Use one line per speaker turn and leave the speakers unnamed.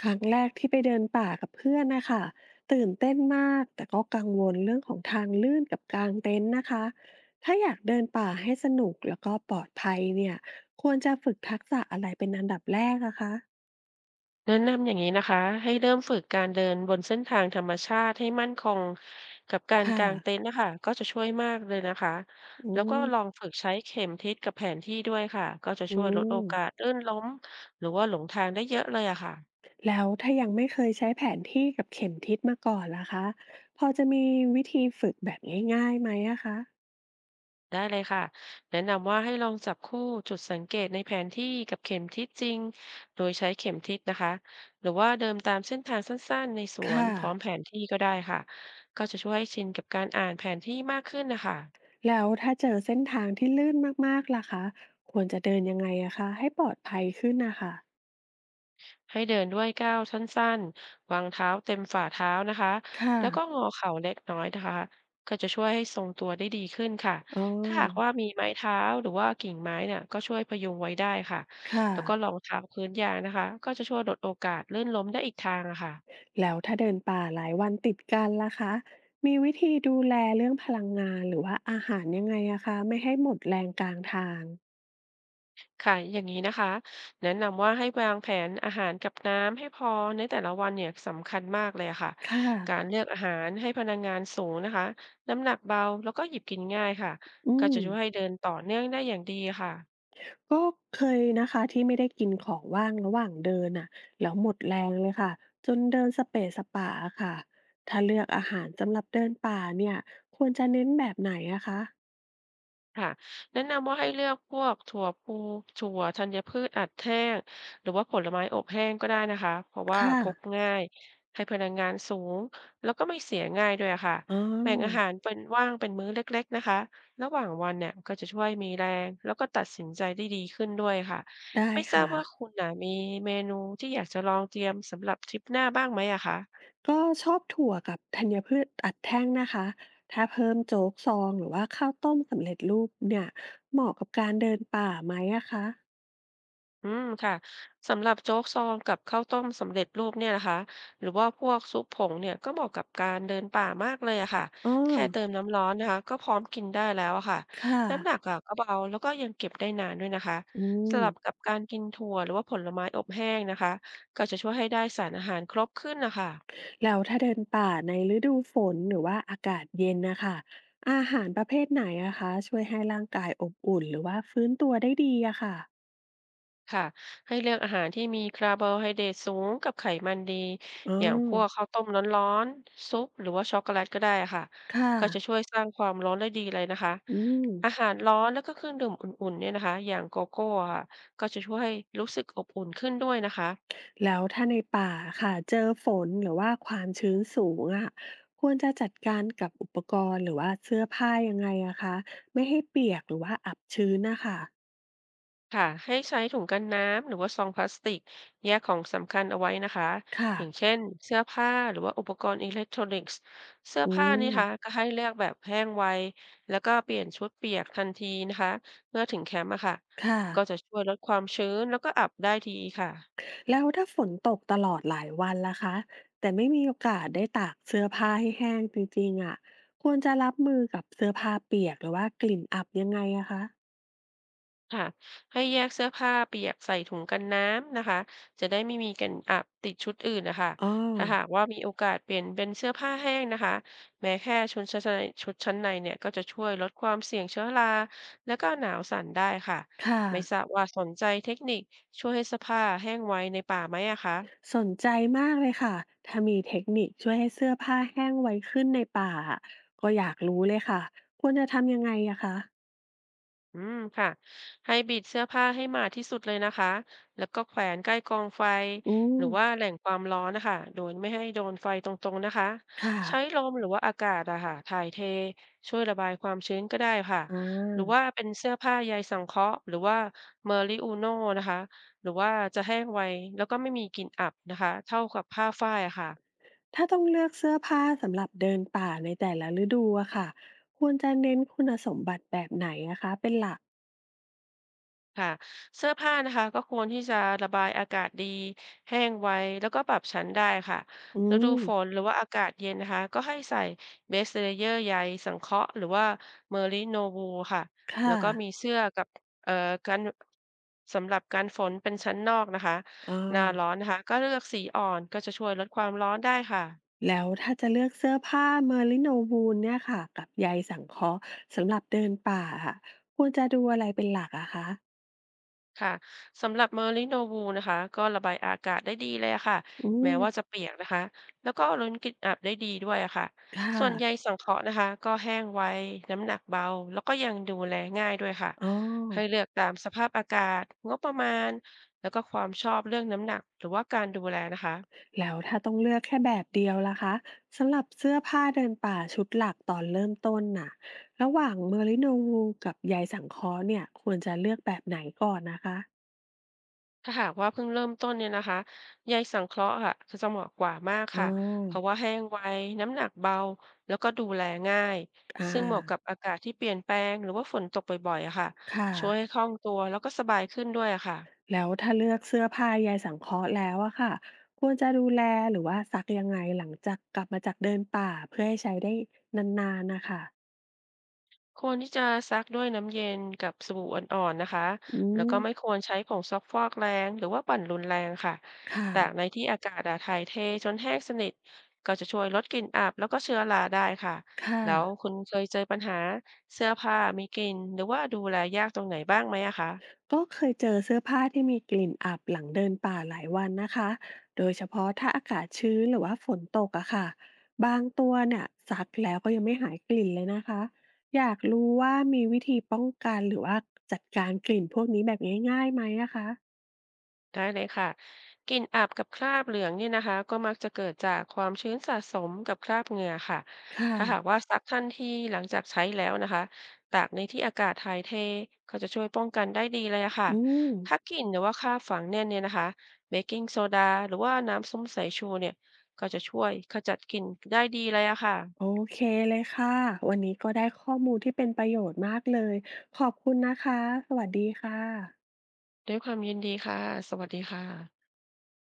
ครั้งแรกที่ไปเดินป่ากับเพื่อนนะคะตื่นเต้นมากแต่ก็กังวลเรื่องของทางลื่นกับกางเต็นท์นะคะถ้าอยากเดินป่าให้สนุกแล้วก็ปลอดภัยเนี่ยควรจะฝึกทักษะอะไรเป็นอันดับแรกอะคะ
แนะนำอย่างนี้นะคะให้เริ่มฝึกการเดินบนเส้นทางธรรมชาติให้มั่นคงกับการ
ค่ะ
กางเต็นท์นะคะก็จะช่วยมากเลยนะคะ
อื
แล้วก็
ม
ลองฝึกใช้เข็มทิศกับแผนที่ด้วยค่ะก็จะช่
อื
วยลดโอ
ม
กาสลื่นล้มหรือว่าหลงทางได้เยอะเลยอะค่ะ
แล้วถ้ายังไม่เคยใช้แผนที่กับเข็มทิศมาก่อนล่ะคะพอจะมีวิธีฝึกแบบง่ายๆไหมอะคะ
ได้เลยค่ะแนะนำว่าให้ลองจับคู่จุดสังเกตในแผนที่กับเข็มทิศจริงโดยใช้เข็มทิศนะคะหรือว่าเดินตามเส้นทางสั้นๆในสวน
ค่ะ
พร้อมแผนที่ก็ได้ค่ะก็จะช่วยให้ชินกับการอ่านแผนที่มากขึ้นนะคะ
แล้วถ้าเจอเส้นทางที่ลื่นมากๆล่ะคะควรจะเดินยังไงอะคะให้ปลอดภัยขึ้นนะคะ
ให้เดินด้วยก้าวสั้นๆวางเท้าเต็มฝ่าเท้านะคะ
ค่ะ
แล้วก็งอเข่าเล็กน้อยนะคะก็จะช่วยให้ทรงตัวได้ดีขึ้นค่ะ
อ๋อ
ถ้าหากว่ามีไม้เท้าหรือว่ากิ่งไม้เนี่ยก็ช่วยพยุงไว้ได้ค่ะ
ค่ะ
แล้วก็รองเท้าพื้นยางนะคะก็จะช่วยลดโอกาสลื่นล้มได้อีกทางอะค่ะ
แล้วถ้าเดินป่าหลายวันติดกันล่ะคะมีวิธีดูแลเรื่องพลังงานหรือว่าอาหารยังไงอะคะไม่ให้หมดแรงกลางทาง
ค่ะอย่างนี้นะคะแนะนำว่าให้วางแผนอาหารกับน้ำให้พอในแต่ละวันเนี่ยสำคัญมากเลยอะค่ะ
ค่ะ
การเลือกอาหารให้พลังงานสูงนะคะน้ำหนักเบาแล้วก็หยิบกินง่ายค่ะ
อื
ก็จะ
ม
ช่วยให้เดินต่อเนื่องได้อย่างดีค่ะ
ก็เคยนะคะที่ไม่ได้กินของว่างระหว่างเดินอ่ะแล้วหมดแรงเลยค่ะจนเดินสเปะสปะอะค่ะถ้าเลือกอาหารสำหรับเดินป่าเนี่ยควรจะเน้นแบบไหนอะคะ
ค่ะแนะนำว่าให้เลือกพวกถั่วพลูถั่วธัญพืชอัดแห้งหรือว่าผลไม้อบแห้งก็ได้นะคะเพราะว่า
ค่ะ
พกง่ายให้พลังงานสูงแล้วก็ไม่เสียง่ายด้วยอะค่ะ
อ๋อ
แบ่งอาหารเป็นว่างเป็นมื้อเล็กๆนะคะระหว่างวันเนี่ยก็จะช่วยมีแรงแล้วก็ตัดสินใจได้ดีขึ้นด้วยค่ะ
ได้
ไม่ทราบ
ค่ะ
ว่าคุณน่ะมีเมนูที่อยากจะลองเตรียมสำหรับทริปหน้าบ้างไหมอะคะ
ก็ชอบถั่วกับธัญพืชอัดแท่งนะคะถ้าเพิ่มโจ๊กซองหรือว่าข้าวต้มสำเร็จรูปเนี่ยเหมาะกับการเดินป่าไหมอะคะ
ค่ะสำหรับโจ๊กซองกับข้าวต้มสำเร็จรูปเนี่ยนะคะหรือว่าพวกซุปผงเนี่ยก็เหมาะกับการเดินป่ามากเลยอะค่ะ
อ๋อ
แค่เติมน้ำร้อนนะคะก็พร้อมกินได้แล้วอะค่ะ
ค่ะ
น้ำหนักอะก็เบาแล้วก็ยังเก็บได้นานด้วยนะคะ
อื
ส
ม
ลับกับการกินถั่วหรือว่าผลไม้อบแห้งนะคะก็จะช่วยให้ได้สารอาหารครบขึ้นนะคะ
แล้วถ้าเดินป่าในฤดูฝนหรือว่าอากาศเย็นนะคะอาหารประเภทไหนอะคะช่วยให้ร่างกายอบอุ่นหรือว่าฟื้นตัวได้ดีอะค่ะ
ค่ะให้เลือกอาหารที่มีคาร์โบไฮเดรตสูงกับไขมันดี
อ๋อ
อย่างพวกข้าวต้มร้อนๆซุปหรือว่าช็อกโกแลตก็ได้ค่ะ
ค่ะ
ก็จะช่วยสร้างความร้อนได้ดีเลยนะคะ
อืม
อาหารร้อนแล้วก็เครื่องดื่มอุ่นๆเนี่ยนะคะอย่างโกโก้อะค่ะก็จะช่วยให้รู้สึกอบอุ่นขึ้นด้วยนะคะ
แล้วถ้าในป่าค่ะเจอฝนหรือว่าความชื้นสูงอะควรจะจัดการกับอุปกรณ์หรือว่าเสื้อผ้ายังไงอะคะไม่ให้เปียกหรือว่าอับชื้นนะคะ
ค่ะให้ใช้ถุงกันน้ำหรือว่าซองพลาสติกแยกของสำคัญเอาไว้นะคะ
ค่ะ
อย่างเช่นเสื้อผ้าหรือว่าอุปกรณ์อิเล็กทรอนิกส์เสื้อ
อื
ผ้านี่
ม
คะก็ให้เลือกแบบแห้งไวแล้วก็เปลี่ยนชุดเปียกทันทีนะคะเมื่อถึงแคมป์อะค่ะ
ค่ะ
ก็จะช่วยลดความชื้นแล้วก็อับได้ดีค่ะ
แล้วถ้าฝนตกตลอดหลายวันล่ะคะแต่ไม่มีโอกาสได้ตากเสื้อผ้าให้แห้งจริงๆอ่ะควรจะรับมือกับเสื้อผ้าเปียกหรือว่ากลิ่นอับยังไงอะคะ
ค่ะให้แยกเสื้อผ้าเปียกใส่ถุงกันน้ำนะคะจะได้ไม่มีกันอับติดชุดอื่นนะคะ
อ๋อ
ถ้าหากว่ามีโอกาสเปลี่ยนเป็นเสื้อผ้าแห้งนะคะแม้แค่ชุดชั้นในเนี่ยก็จะช่วยลดความเสี่ยงเชื้อราและก็หนาวสั่นได้ค่ะ
ค่ะ
ไม่ทราบว่าสนใจเทคนิคช่วยให้เสื้อผ้าแห้งไวในป่าไหมอะคะ
สนใจมากเลยค่ะถ้ามีเทคนิคช่วยให้เสื้อผ้าแห้งไวขึ้นในป่าอะก็อยากรู้เลยค่ะ ควรจะทำยังไงอะคะ
ค่ะให้บีบเสื้อผ้าให้หมาดที่สุดเลยนะคะแล้วก็แขวนใกล้กองไฟ
อื
ห
ม
รือว่าแหล่งความร้อนนะคะโดยไม่ให้โดนไฟตรงๆนะคะ
ค
ใช้
่ะ
ลมหรือว่าอากาศอะค่ะถ่ายเทช่วยระบายความชื้นก็ได้ค่ะ
อ่
หรือว่า
า
เป็นเสื้อผ้าใยสังเคราะห์หรือว่าเมอริอูโนนะคะหรือว่าจะแห้งไวแล้วก็ไม่มีกลิ่นอับนะคะเท่ากับผ้าฝ้ายอะค่ะ
ถ้าต้องเลือกเสื้อผ้าสำหรับเดินป่าในแต่ละฤดูอะค่ะควรจะเน้นคุณสมบัติแบบไหนนะคะเป็นหลัก
ค่ะเสื้อผ้านะคะก็ควรที่จะระบายอากาศดีแห้งไวแล้วก็ปรับชั้นได้ค่ะ
อื
ฤดู
ม
ฝนหรือว่าอากาศเย็นนะคะก็ให้ใส่เบสเลเยอร์ใยสังเคราะห์หรือว่าเมอริโนวูลค่ะแล้
ค่ะ
วก็มีเสื้อกับเอ่อกันสำหรับการฝนเป็นชั้นนอกนะคะ
เอ
หน้า
อ
ร้อนนะคะก็เลือกสีอ่อนก็จะช่วยลดความร้อนได้ค่ะ
แล้วถ้าจะเลือกเสื้อผ้า m e r i n โ w วู l เนี่ยค่ะกับใยสังเคราะห์สำหรับเดินป่าค่ะควรจะดูอะไรเป็นหลักอะคะ
ค่ะสำหรับเมอริโนวูนะคะก็ระบายอากาศได้ดีเลยอะค่ะ
อื
แม้
ม
ว่าจะเปียกนะคะแล้วก็ล้นกลิ่นอับได้ดีด้วยอะค่ะ
ค่ะ
ส่วนใยสังเคราะห์นะคะก็แห้งไวน้ำหนักเบาแล้วก็ยังดูแลง่ายด้วยค่ะ
อ๋อ
ให้เลือกตามสภาพอากาศงบประมาณแล้วก็ความชอบเรื่องน้ำหนักหรือว่าการดูแลนะคะ
แล้วถ้าต้องเลือกแค่แบบเดียวล่ะคะสำหรับเสื้อผ้าเดินป่าชุดหลักตอนเริ่มต้นน่ะระหว่าง Merino w วู l กับใยสังเคราะห์เนี่ยควรจะเลือกแบบไหนก่อนนะคะ
ถ้าหากว่าเพิ่งเริ่มต้นเนี่ยนะคะใยสังเคราะห์ค่ะคือจะเหมาะกว่ามาก
อ๋อ
ค่ะ เพราะว่าแห้งไว น้ำหนักเบา แล้วก็ดูแลง่าย
อา
ซึ่งเหมาะกับอากาศที่เปลี่ยนแปลงหรือว่าฝนตกบ่อยๆอะค่ะ
ค่ะ
ช่วยให้คล่องตัวแล้วก็สบายขึ้นด้วยอะค่ะ
แล้วถ้าเลือกเสื้อผ้าใยสังเคราะห์แล้วอะค่ะควรจะดูแลหรือว่าซักยังไงหลังจากกลับมาจากเดินป่าเพื่อให้ใช้ได้นานๆนะคะ
ควรที่จะซักด้วยน้ำเย็นกับสบู่อ่อนๆนะคะ
อื
แล้ว
ม
ก็ไม่ควรใช้ผงซักฟอกแรงหรือว่าปั่นรุนแรงค่ะ
ค่ะ
ตากในที่อากาศอะถ่ายเทจนแห้งสนิทก็จะช่วยลดกลิ่นอับแล้วก็เชื้อราได้ค่ะ
ค่ะ
แล้วคุณเคยเจอปัญหาเสื้อผ้ามีกลิ่นหรือว่าดูแลยากตรงไหนบ้างไหมอะคะ
ก็เคยเจอเสื้อผ้าที่มีกลิ่นอับหลังเดินป่าหลายวันนะคะโดยเฉพาะถ้าอากาศชื้นหรือว่าฝนตกอะค่ะบางตัวเนี่ยซักแล้วก็ยังไม่หายกลิ่นเลยนะคะอยากรู้ว่ามีวิธีป้องกันหรือว่าจัดการกลิ่นพวกนี้แบบง่ายๆไหมนะคะ
ได้เลยค่ะกลิ่นอับกับคราบเหลืองเนี่ยนะคะก็มักจะเกิดจากความชื้นสะสมกับคราบเหงื่อค่ะ
ค
ถ้าหาก
่ะ
ว่าซักทันทีหลังจากใช้แล้วนะคะตากในที่อากาศถ่ายเทก็จะช่วยป้องกันได้ดีเลยอะค่ะ
อืม
ถ้ากลิ่นหรือว่าคราบฝังแน่นเนี่ยนะคะเบกกิ้งโซดาหรือว่าน้ำส้มสายชูเนี่ยก็จะช่วยขจัดกลิ่นได้ดีเลยอะค่ะ
โอเคเลยค่ะวันนี้ก็ได้ข้อมูลที่เป็นประโยชน์มากเลยขอบคุณนะคะสวัสดีค่ะ
ด้วยความยินดีค่ะสวัสดีค่ะ